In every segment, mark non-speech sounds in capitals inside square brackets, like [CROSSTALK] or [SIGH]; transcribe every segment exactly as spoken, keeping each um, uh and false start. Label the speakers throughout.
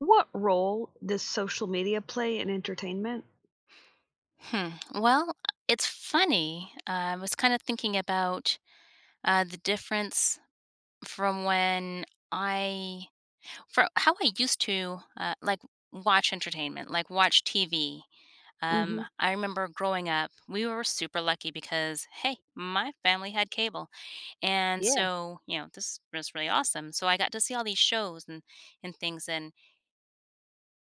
Speaker 1: What role does social media play in entertainment?
Speaker 2: Hmm. Well, it's funny. Uh, I was kind of thinking about uh, the difference from when I, for how I used to uh, like watch entertainment, like watch T V. Um,
Speaker 1: Mhm.
Speaker 2: I remember growing up, we were super lucky because, hey, my family had cable. And
Speaker 1: Yeah,
Speaker 2: so, you know, this was really awesome. So I got to see all these shows and, and things. And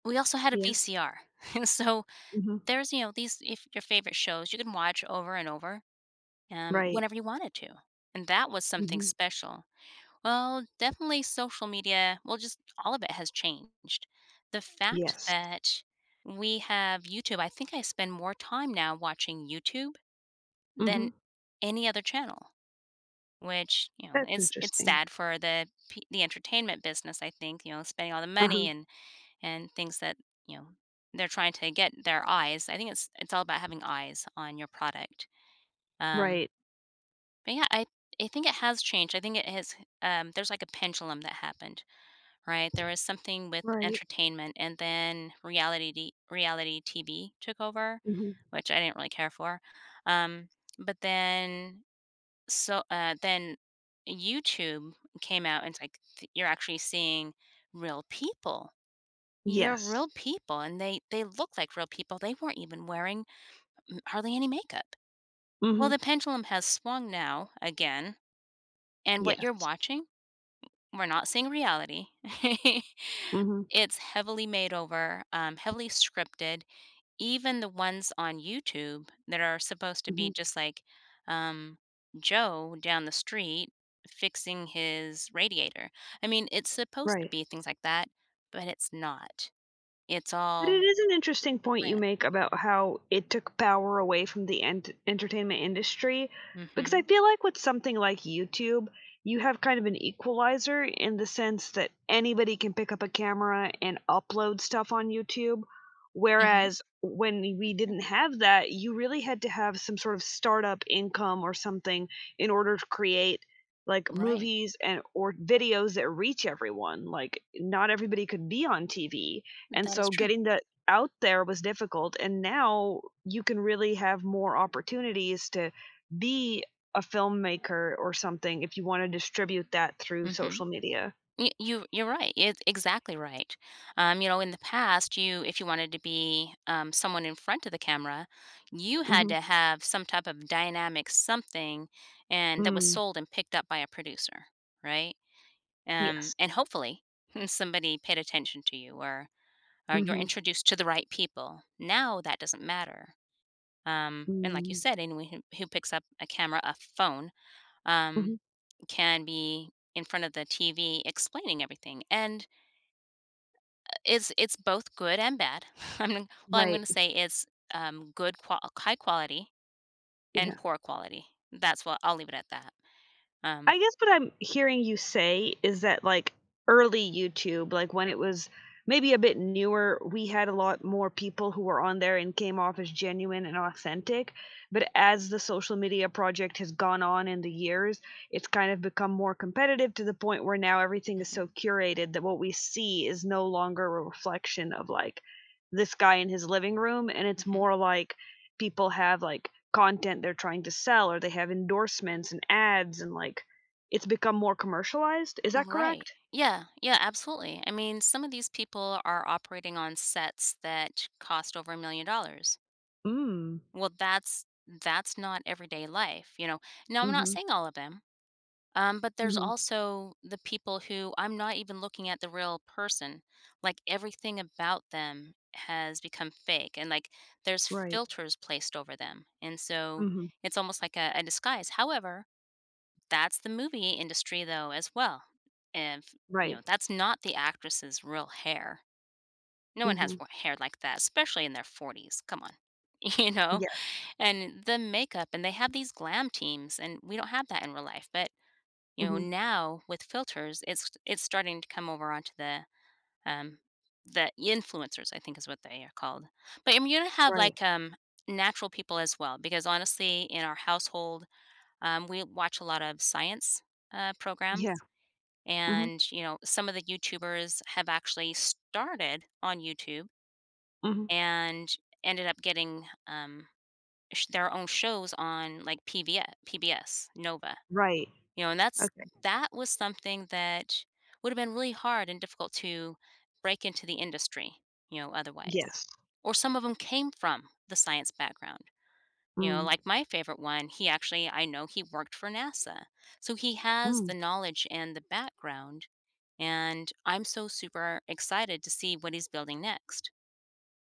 Speaker 2: we also had a
Speaker 1: yeah.
Speaker 2: V C R. [LAUGHS] So
Speaker 1: Mhm.
Speaker 2: there's, you know, these, if your favorite shows you can watch over and over um,
Speaker 1: Right.
Speaker 2: whenever you wanted to. And that was something
Speaker 1: Mhm.
Speaker 2: special. Well, definitely social media, well, just all of it has changed. The fact
Speaker 1: Yes.
Speaker 2: that we have YouTube, I think I spend more time now watching YouTube
Speaker 1: Mhm.
Speaker 2: than any other channel, which, you know,
Speaker 1: That's
Speaker 2: it's it's
Speaker 1: interesting.
Speaker 2: sad for the p- the entertainment business, I think, you know, spending all the
Speaker 1: Uh-huh.
Speaker 2: money and and things that, you know, they're trying to get their eyes. I think it's it's all about having eyes on your product. Um
Speaker 1: Right.
Speaker 2: But yeah, I I think it has changed. I think it has um There's like a pendulum that happened, right? There was something with
Speaker 1: Right.
Speaker 2: entertainment and then reality t- reality T V took over,
Speaker 1: Mhm.
Speaker 2: which I didn't really care for. Um but then so uh then YouTube came out, and it's like th- you're actually seeing real people. You're
Speaker 1: Yes.
Speaker 2: real people, and they they look like real people. They weren't even wearing mm, hardly any makeup. Well,
Speaker 1: Mhm.
Speaker 2: the pendulum has swung now again, and what you're
Speaker 1: Yes.
Speaker 2: watching, we're not seeing reality. [LAUGHS]
Speaker 1: Mhm.
Speaker 2: It's heavily made over, um, heavily scripted. Even the ones on YouTube that are supposed to be
Speaker 1: Mhm.
Speaker 2: just like, um, Joe down the street fixing his radiator. I mean, it's supposed to
Speaker 1: Right.
Speaker 2: be things like that, but it's not. It's
Speaker 1: But it
Speaker 2: all
Speaker 1: is an interesting point you
Speaker 2: planned.
Speaker 1: make about how it took power away from the ent- entertainment industry. Because I
Speaker 2: Mhm.
Speaker 1: feel like with something like YouTube, you have kind of an equalizer in the sense that anybody can pick up a camera and upload stuff on YouTube.
Speaker 2: Mhm.
Speaker 1: Whereas when we
Speaker 2: That's true.
Speaker 1: didn't have that, you really had to have some sort of startup income or something in order to create like
Speaker 2: Right.
Speaker 1: movies and or videos that reach everyone. Like not everybody could be on T V, and
Speaker 2: That is
Speaker 1: so
Speaker 2: true.
Speaker 1: getting that out there was difficult, and now you can really have more opportunities to be a filmmaker or something if you wanna distribute that through
Speaker 2: Mhm.
Speaker 1: social media.
Speaker 2: Y you you're right, it's exactly right. Um, you know, in the past, you if you wanted to be, um, someone in front of the camera, you had
Speaker 1: Mhm.
Speaker 2: to have some type of dynamic something, and that was
Speaker 1: Mm.
Speaker 2: sold and picked up by a producer, right? Um,
Speaker 1: Yes.
Speaker 2: and hopefully, [LAUGHS] somebody paid attention to you or or you're
Speaker 1: Mhm.
Speaker 2: introduced to the right people. Now that doesn't matter. Um, and like you
Speaker 1: Mm.
Speaker 2: said, anyone who who picks up a camera, a phone, um,
Speaker 1: Mhm.
Speaker 2: can be in front of the T V explaining everything. And It's it's both good and bad. [LAUGHS] I'm gonna- well, I'm
Speaker 1: Right.
Speaker 2: gonna say it's, um, good qua high quality and
Speaker 1: Yeah.
Speaker 2: poor quality. That's what I'll leave it at that. Um
Speaker 1: I guess what I'm hearing you say is that, like, early YouTube, like, when it was maybe a bit newer, we had a lot more people who were on there and came off as genuine and authentic, but as the social media project has gone on in the years, it's kind of become more competitive to the point where now everything is so
Speaker 2: mhm,
Speaker 1: curated that what we see is no longer a reflection of, like, this guy in his living room, and it's
Speaker 2: mhm.
Speaker 1: more like people have, like, content they're trying to sell or they have endorsements and ads and, like, it's become more commercialized, is that
Speaker 2: Right.
Speaker 1: correct?
Speaker 2: Yeah, yeah, absolutely. I mean, some of these people are operating on sets that cost over one million dollars.
Speaker 1: Mm.
Speaker 2: Well, that's that's not everyday life, you know? Now, I'm not
Speaker 1: Mhm.
Speaker 2: saying all of them. Um, but there's
Speaker 1: Mhm.
Speaker 2: also the people who I'm not even looking at the real person. Like everything about them has become fake, and like there's
Speaker 1: Right.
Speaker 2: filters placed over them. And so
Speaker 1: Mhm.
Speaker 2: it's almost like a, a disguise. However, that's the movie industry though as well. If you
Speaker 1: Right.
Speaker 2: know, that's not the actress's real hair. No one has
Speaker 1: Mhm.
Speaker 2: wa- hair like that, especially in their forties. Come on. [LAUGHS] You know,
Speaker 1: Yes.
Speaker 2: and the makeup, and they have these glam teams, and we don't have that in real life. But you know,
Speaker 1: Mhm.
Speaker 2: now with filters, it's it's starting to come over onto the um the influencers, I think is what they are called. But I'm gonna have
Speaker 1: Right.
Speaker 2: like um natural people as well, because honestly, in our household, um, we watch a lot of science uh, programs,
Speaker 1: Yeah. Mhm.
Speaker 2: and you know, some of the YouTubers have actually started on YouTube
Speaker 1: Mhm.
Speaker 2: and ended up getting um, sh- their own shows on like P B S, P B S, Nova,
Speaker 1: Right.
Speaker 2: you know, and that's
Speaker 1: Okay.
Speaker 2: that was something that would have been really hard and difficult to break into the industry, you know, otherwise.
Speaker 1: Yes.
Speaker 2: Or some of them came from the science background. You know,
Speaker 1: Mm.
Speaker 2: like my favorite one, he actually, I know he worked for NASA. So he has
Speaker 1: Mm.
Speaker 2: the knowledge and the background. And I'm so super excited to see what he's building next.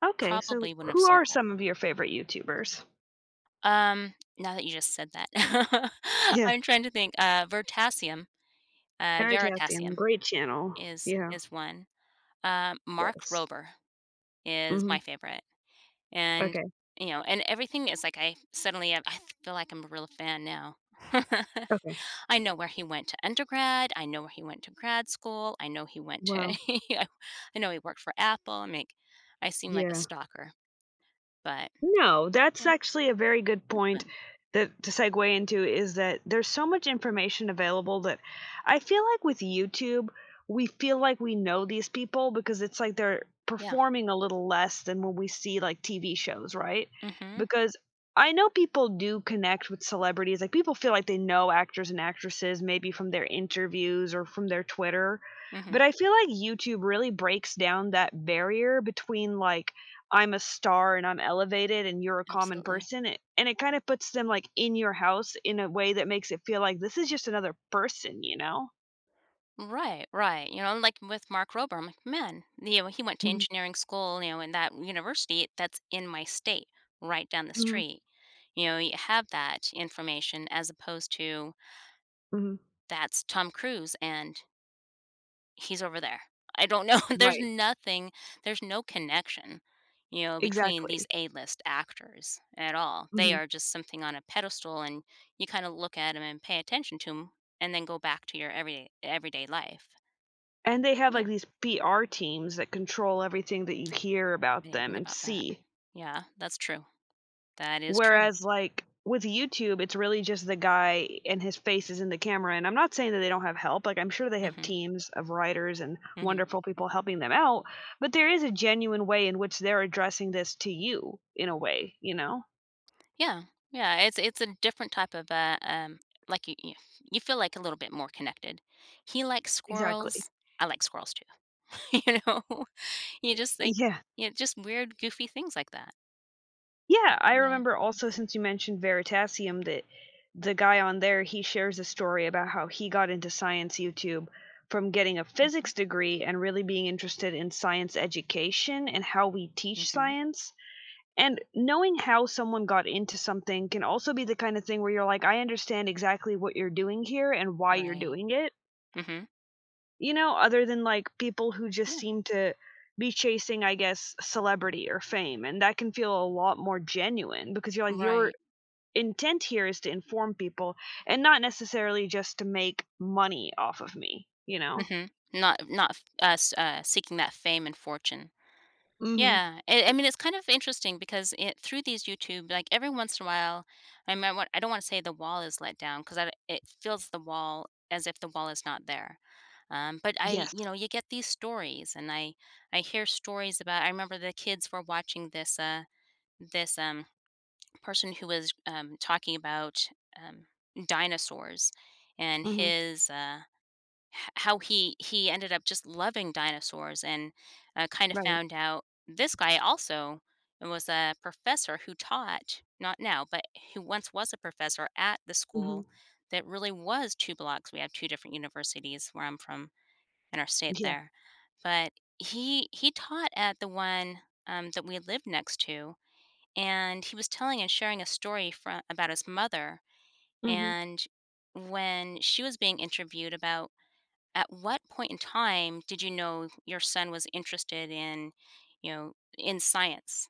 Speaker 1: Okay, so
Speaker 2: Probably wouldn't have
Speaker 1: who
Speaker 2: sold
Speaker 1: are
Speaker 2: that.
Speaker 1: some of your favorite YouTubers?
Speaker 2: Um, now that you just said that, [LAUGHS]
Speaker 1: Yeah.
Speaker 2: I'm trying to think. Uh, Vertasium, uh,
Speaker 1: Veritasium,
Speaker 2: Veritasium
Speaker 1: great channel.
Speaker 2: is
Speaker 1: Yeah.
Speaker 2: is one. Um, Mark
Speaker 1: Yes.
Speaker 2: Rober is my
Speaker 1: Mhm.
Speaker 2: favorite, and,
Speaker 1: Okay.
Speaker 2: you know, and everything is like I suddenly I I feel like I'm a real fan now. [LAUGHS]
Speaker 1: Okay.
Speaker 2: I know where he went to undergrad, I know where he went to grad school, I know he went to [LAUGHS]
Speaker 1: Wow.
Speaker 2: I I know he worked for Apple. I'm like, I seem like a
Speaker 1: Yeah.
Speaker 2: stalker, but,
Speaker 1: No,
Speaker 2: you
Speaker 1: that's
Speaker 2: know,
Speaker 1: actually a very good
Speaker 2: it's
Speaker 1: point
Speaker 2: fun.
Speaker 1: that to segue into is that there's so much information available that I feel like with YouTube, we feel like we know these people because it's like they're
Speaker 2: Yeah.
Speaker 1: performing a little less than when we see like T V shows, right?
Speaker 2: Mhm.
Speaker 1: Because I know people do connect with celebrities. Like people feel like they know actors and actresses maybe from their interviews or from their Twitter.
Speaker 2: Mhm.
Speaker 1: But I feel like YouTube really breaks down that barrier between like I'm a star and I'm elevated and you're a common
Speaker 2: Absolutely.
Speaker 1: person, a and it kind of puts them, like, in your house in a way that makes it feel like this is just another person, you know?
Speaker 2: Right, right. You know, like with Mark Rober, I'm like, man, you know, he went to
Speaker 1: Mhm,
Speaker 2: engineering school, you know, in that university that's in my state, right down the
Speaker 1: mhm,
Speaker 2: street. You know, you have that information as opposed to
Speaker 1: mhm.
Speaker 2: that's Tom Cruise and he's over there. I don't know. [LAUGHS] There's
Speaker 1: Right,
Speaker 2: nothing, there's no connection, you know, between these
Speaker 1: exactly.
Speaker 2: A list actors at all. They
Speaker 1: Mhm.
Speaker 2: are just something on a pedestal, and you kind of look at them and pay attention to them and then go back to your everyday everyday life.
Speaker 1: And they have, like, these P R teams that control everything that you hear
Speaker 2: I
Speaker 1: about
Speaker 2: didn't
Speaker 1: them
Speaker 2: think
Speaker 1: and
Speaker 2: about that.
Speaker 1: see.
Speaker 2: Yeah, that's true. That is true.
Speaker 1: Whereas, like, with YouTube, it's really just the guy and his face is in the camera, and I'm not saying that they don't have help, like, I'm sure they have
Speaker 2: Mhm,
Speaker 1: teams of writers and
Speaker 2: mhm.
Speaker 1: wonderful people helping them out, but there is a genuine way in which they're addressing this to you in a way, you know?
Speaker 2: Yeah, yeah, it's it's a different type of, uh, um, like, you you you feel, like, a little bit more connected. He likes
Speaker 1: Exactly.
Speaker 2: squirrels. I like squirrels too, [LAUGHS] you know? [LAUGHS] You just think,
Speaker 1: Yeah.
Speaker 2: yeah, just weird, goofy things like that.
Speaker 1: Yeah, I
Speaker 2: Yeah.
Speaker 1: remember also since you mentioned Veritasium that the guy on there, he shares a story about how he got into science YouTube from getting a physics
Speaker 2: Mhm,
Speaker 1: degree and really being interested in science education and how we teach
Speaker 2: mhm.
Speaker 1: science. And knowing how someone got into something can also be the kind of thing where you're like, I understand exactly what you're doing here and why you're
Speaker 2: Right.
Speaker 1: doing it.
Speaker 2: Mhm.
Speaker 1: You know, other than like people who just
Speaker 2: Yeah.
Speaker 1: seem to be chasing, I guess, celebrity or fame. And that can feel a lot more genuine because you're like, you're
Speaker 2: Right.
Speaker 1: intent here is to inform people and not necessarily just to make money off of me, you know?
Speaker 2: Mhm. Not not f uh, s uh, seeking that fame and fortune.
Speaker 1: Mhm.
Speaker 2: Yeah, I I mean, it's kind of interesting because it through these YouTube, like every once in a while, I mean, I, want, I don't want to say the wall is let down because it feels the wall as if the wall is not there. Um, but I,
Speaker 1: Yes.
Speaker 2: you know, you get these stories, and I, I hear stories about. I remember the kids were watching this, uh, this um, person who was um, talking about um, dinosaurs, and
Speaker 1: Mhm.
Speaker 2: his uh, h- how he he ended up just loving dinosaurs and uh, kind of
Speaker 1: Right.
Speaker 2: found out this guy also was a professor who taught not now but who once was a professor at the
Speaker 1: Mhm.
Speaker 2: school that really was two blocks. We have two different universities where I'm from in our state
Speaker 1: Yeah.
Speaker 2: there, but he he taught at the one um, that we lived next to, and he was telling and sharing a story from about his mother.
Speaker 1: Mhm.
Speaker 2: And when she was being interviewed about at what point in time did you know your son was interested in, you know in science,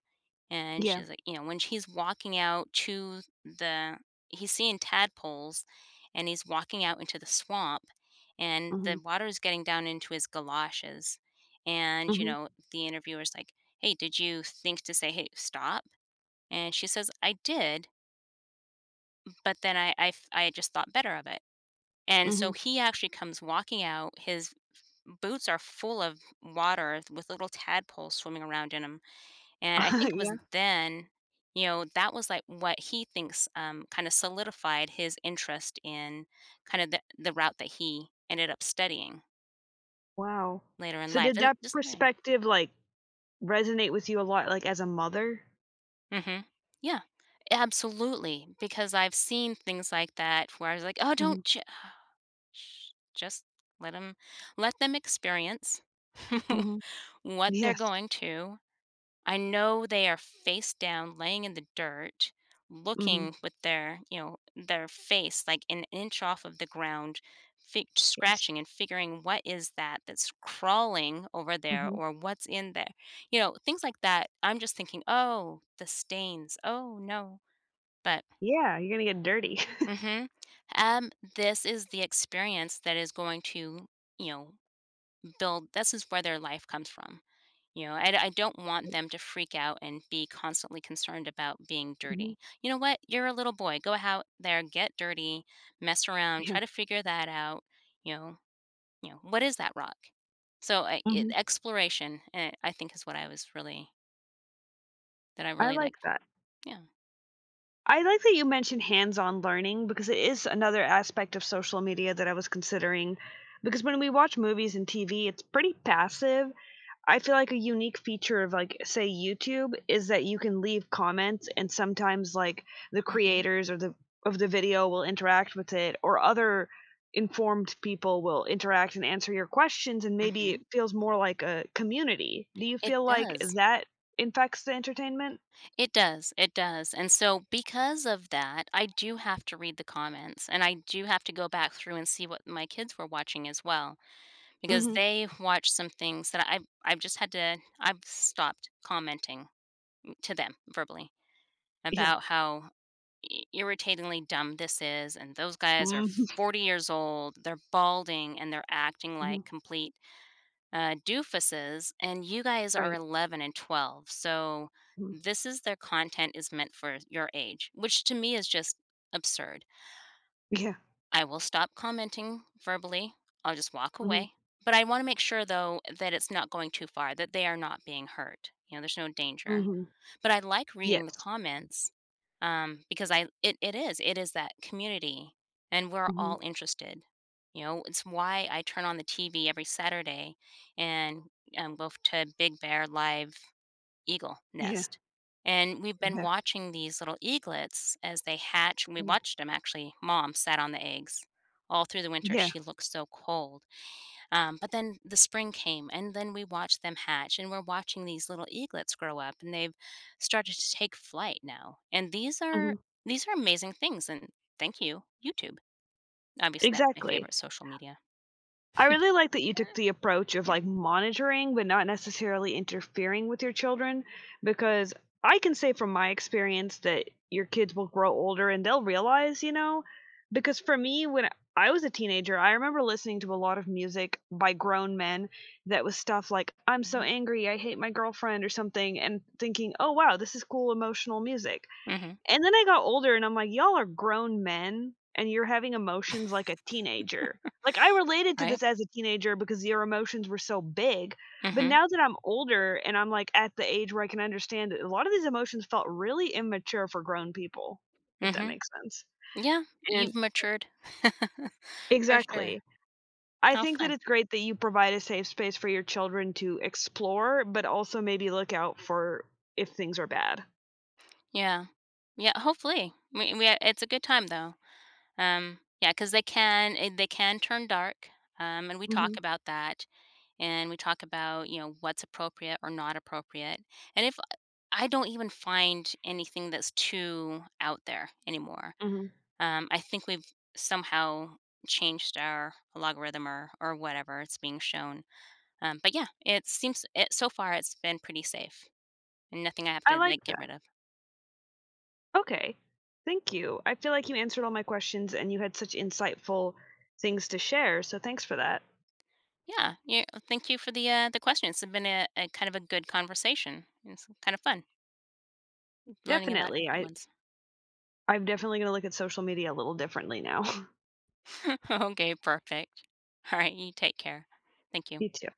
Speaker 2: and
Speaker 1: Yeah.
Speaker 2: she's like, you know when he's walking out to the he's seeing tadpoles, and he's walking out into the swamp, and the
Speaker 1: Mhm.
Speaker 2: water is getting down into his galoshes. And you
Speaker 1: Mhm.
Speaker 2: know the interviewer's like, hey, did you think to say, hey, stop? And she says, I did, but then i i, f- I just thought better of it, and so
Speaker 1: Mhm.
Speaker 2: he actually comes walking out, his boots are full of water with little tadpoles swimming around in them. And I
Speaker 1: [LAUGHS]
Speaker 2: think it was
Speaker 1: Yeah.
Speaker 2: then, you know, that was like what he thinks um, kind of solidified his interest in kind of the, the route that he ended up studying
Speaker 1: Wow.
Speaker 2: later in
Speaker 1: So
Speaker 2: life
Speaker 1: did
Speaker 2: and
Speaker 1: that
Speaker 2: just learning.
Speaker 1: perspective, like, resonate with you a lot, like, as a mother?
Speaker 2: Hmm. Yeah, absolutely. Because I've seen things like that where I was like, oh,
Speaker 1: Mhm.
Speaker 2: don't ch- sh- just let them let them experience [LAUGHS]
Speaker 1: Mhm.
Speaker 2: what they're
Speaker 1: Yes.
Speaker 2: going to. I know they are face down, laying in the dirt,
Speaker 1: Mhm.
Speaker 2: looking with their, you know, their face like an inch off of the ground, fi-
Speaker 1: Yes.
Speaker 2: scratching and figuring what is that that's crawling over there
Speaker 1: Mhm.
Speaker 2: or what's in there. You know, things like that. I'm just thinking, oh, the stains. Oh, no. But,
Speaker 1: Yeah, you're gonna get dirty.
Speaker 2: mm-hmm. um, this is the experience that is going to, you know, they'll this is where their life comes from. You know, I, I don't want them to
Speaker 1: [LAUGHS]
Speaker 2: freak out and be constantly concerned about being
Speaker 1: Mhm.
Speaker 2: dirty. You know what? You're a little boy. Go out there, get dirty, mess around,
Speaker 1: Yeah.
Speaker 2: try to figure that out. You know, you know what is that rock? So I, it,
Speaker 1: Mhm.
Speaker 2: exploration, uh, I think, is what I was really that I
Speaker 1: I
Speaker 2: really
Speaker 1: like
Speaker 2: liked.
Speaker 1: that.
Speaker 2: Yeah.
Speaker 1: I like that you mentioned hands-on learning because it is another aspect of social media that I was considering. Because when we watch movies and T V, it's pretty passive. I feel like a unique feature of like say YouTube is that you can leave comments and sometimes like the
Speaker 2: Hmm.
Speaker 1: creators or the of the video will interact with it or other informed people will interact and answer your questions and maybe
Speaker 2: Hmm.
Speaker 1: it feels more like a community. Do you
Speaker 2: It
Speaker 1: feel like
Speaker 2: does.
Speaker 1: that infects the entertainment?
Speaker 2: It does, it does, and so because of that, I do have to read the comments, and I do have to go back through and see what my kids were watching as well, because
Speaker 1: Mhm.
Speaker 2: they watched some things that I've I've just had to I've stopped commenting to them verbally
Speaker 1: Yeah.
Speaker 2: about how I irritatingly dumb this is, and those guys are
Speaker 1: Mhm.
Speaker 2: forty years old, they're balding, and they're acting like complete uh, doofuses, and you guys are
Speaker 1: Right.
Speaker 2: eleven and twelve. So
Speaker 1: Mhm.
Speaker 2: this is their content is meant for your age, which to me is just absurd.
Speaker 1: Yeah.
Speaker 2: I will stop commenting verbally. I'll just walk
Speaker 1: Mhm.
Speaker 2: away. But I want to make sure though that it's not going too far, that they are not being hurt. You know, there's no danger.
Speaker 1: Mhm.
Speaker 2: But I like reading the
Speaker 1: Yes.
Speaker 2: comments, um, because I it it is it is that community, and we're
Speaker 1: Mhm.
Speaker 2: all interested. You know, it's why I turn on the T V every Saturday and um, go f- to Big Bear Live Eagle
Speaker 1: Yeah.
Speaker 2: Nest. And we've
Speaker 1: Exactly.
Speaker 2: been
Speaker 1: Yeah.
Speaker 2: watching these little eaglets as they hatch. We
Speaker 1: Mm.
Speaker 2: watched them actually. Mom sat on the eggs all through the winter.
Speaker 1: Yeah.
Speaker 2: She looked so cold. Um, but then the spring came, and then we watched them hatch, and we're watching these little eaglets grow up, and they've started to take flight now. And these
Speaker 1: Mhm.
Speaker 2: are these are amazing things. And thank you, YouTube. Obviously, that's my
Speaker 1: Exactly.
Speaker 2: favorite social media.
Speaker 1: I really like that you took
Speaker 2: Mm.
Speaker 1: the approach of
Speaker 2: Yeah.
Speaker 1: like monitoring, but not necessarily interfering with your children, because I can say from my experience that your kids will grow older and they'll realize, you know, because for me, when I was a teenager, I remember listening to a lot of music by grown men that was stuff like, I'm so
Speaker 2: Hmm.
Speaker 1: angry, I hate my girlfriend, or something, and thinking, oh, wow, this is cool emotional music.
Speaker 2: Hmm.
Speaker 1: And then I got older and I'm like, "Y'all are grown men and you're having emotions like a teenager." Like, I related to
Speaker 2: Right.
Speaker 1: this as a teenager because your emotions were so big, but
Speaker 2: Hmm.
Speaker 1: now that I'm older and I'm, like, at the age where I can understand that a lot of these emotions felt really immature for grown people, if that
Speaker 2: Hmm.
Speaker 1: makes sense.
Speaker 2: Yeah,
Speaker 1: And
Speaker 2: you've matured. [LAUGHS] For sure.
Speaker 1: exactly. I
Speaker 2: How
Speaker 1: think that
Speaker 2: fun.
Speaker 1: it's great that you provide a safe space for your children to explore, but also maybe look out for if things are bad.
Speaker 2: Yeah. Yeah, hopefully. We, we uh, It's a good time though. Um yeah, because they can eh, they can turn dark. Um and we talk
Speaker 1: Mhm,
Speaker 2: about that, and we talk about, you know, what's appropriate or not appropriate. And if I don't even find anything that's too out there anymore.
Speaker 1: mhm.
Speaker 2: Um I think we've somehow changed our logarithm or or whatever it's being shown. Um, but yeah, it seems it so far it's been pretty safe, and nothing I have
Speaker 1: I
Speaker 2: to
Speaker 1: like
Speaker 2: like get
Speaker 1: that.
Speaker 2: rid of.
Speaker 1: Okay. Thank you. I feel like you answered all my questions and you had such insightful things to share, so thanks for that.
Speaker 2: Yeah, yeah. Thank you for the uh, the question. It's been a, a kind of a good conversation. It's kind of fun learning about
Speaker 1: Definitely.
Speaker 2: different
Speaker 1: I
Speaker 2: ones.
Speaker 1: I'm definitely going to look at social media a little differently now. [LAUGHS]
Speaker 2: [LAUGHS] Okay, perfect. All right, you take care. Thank you.
Speaker 1: You too.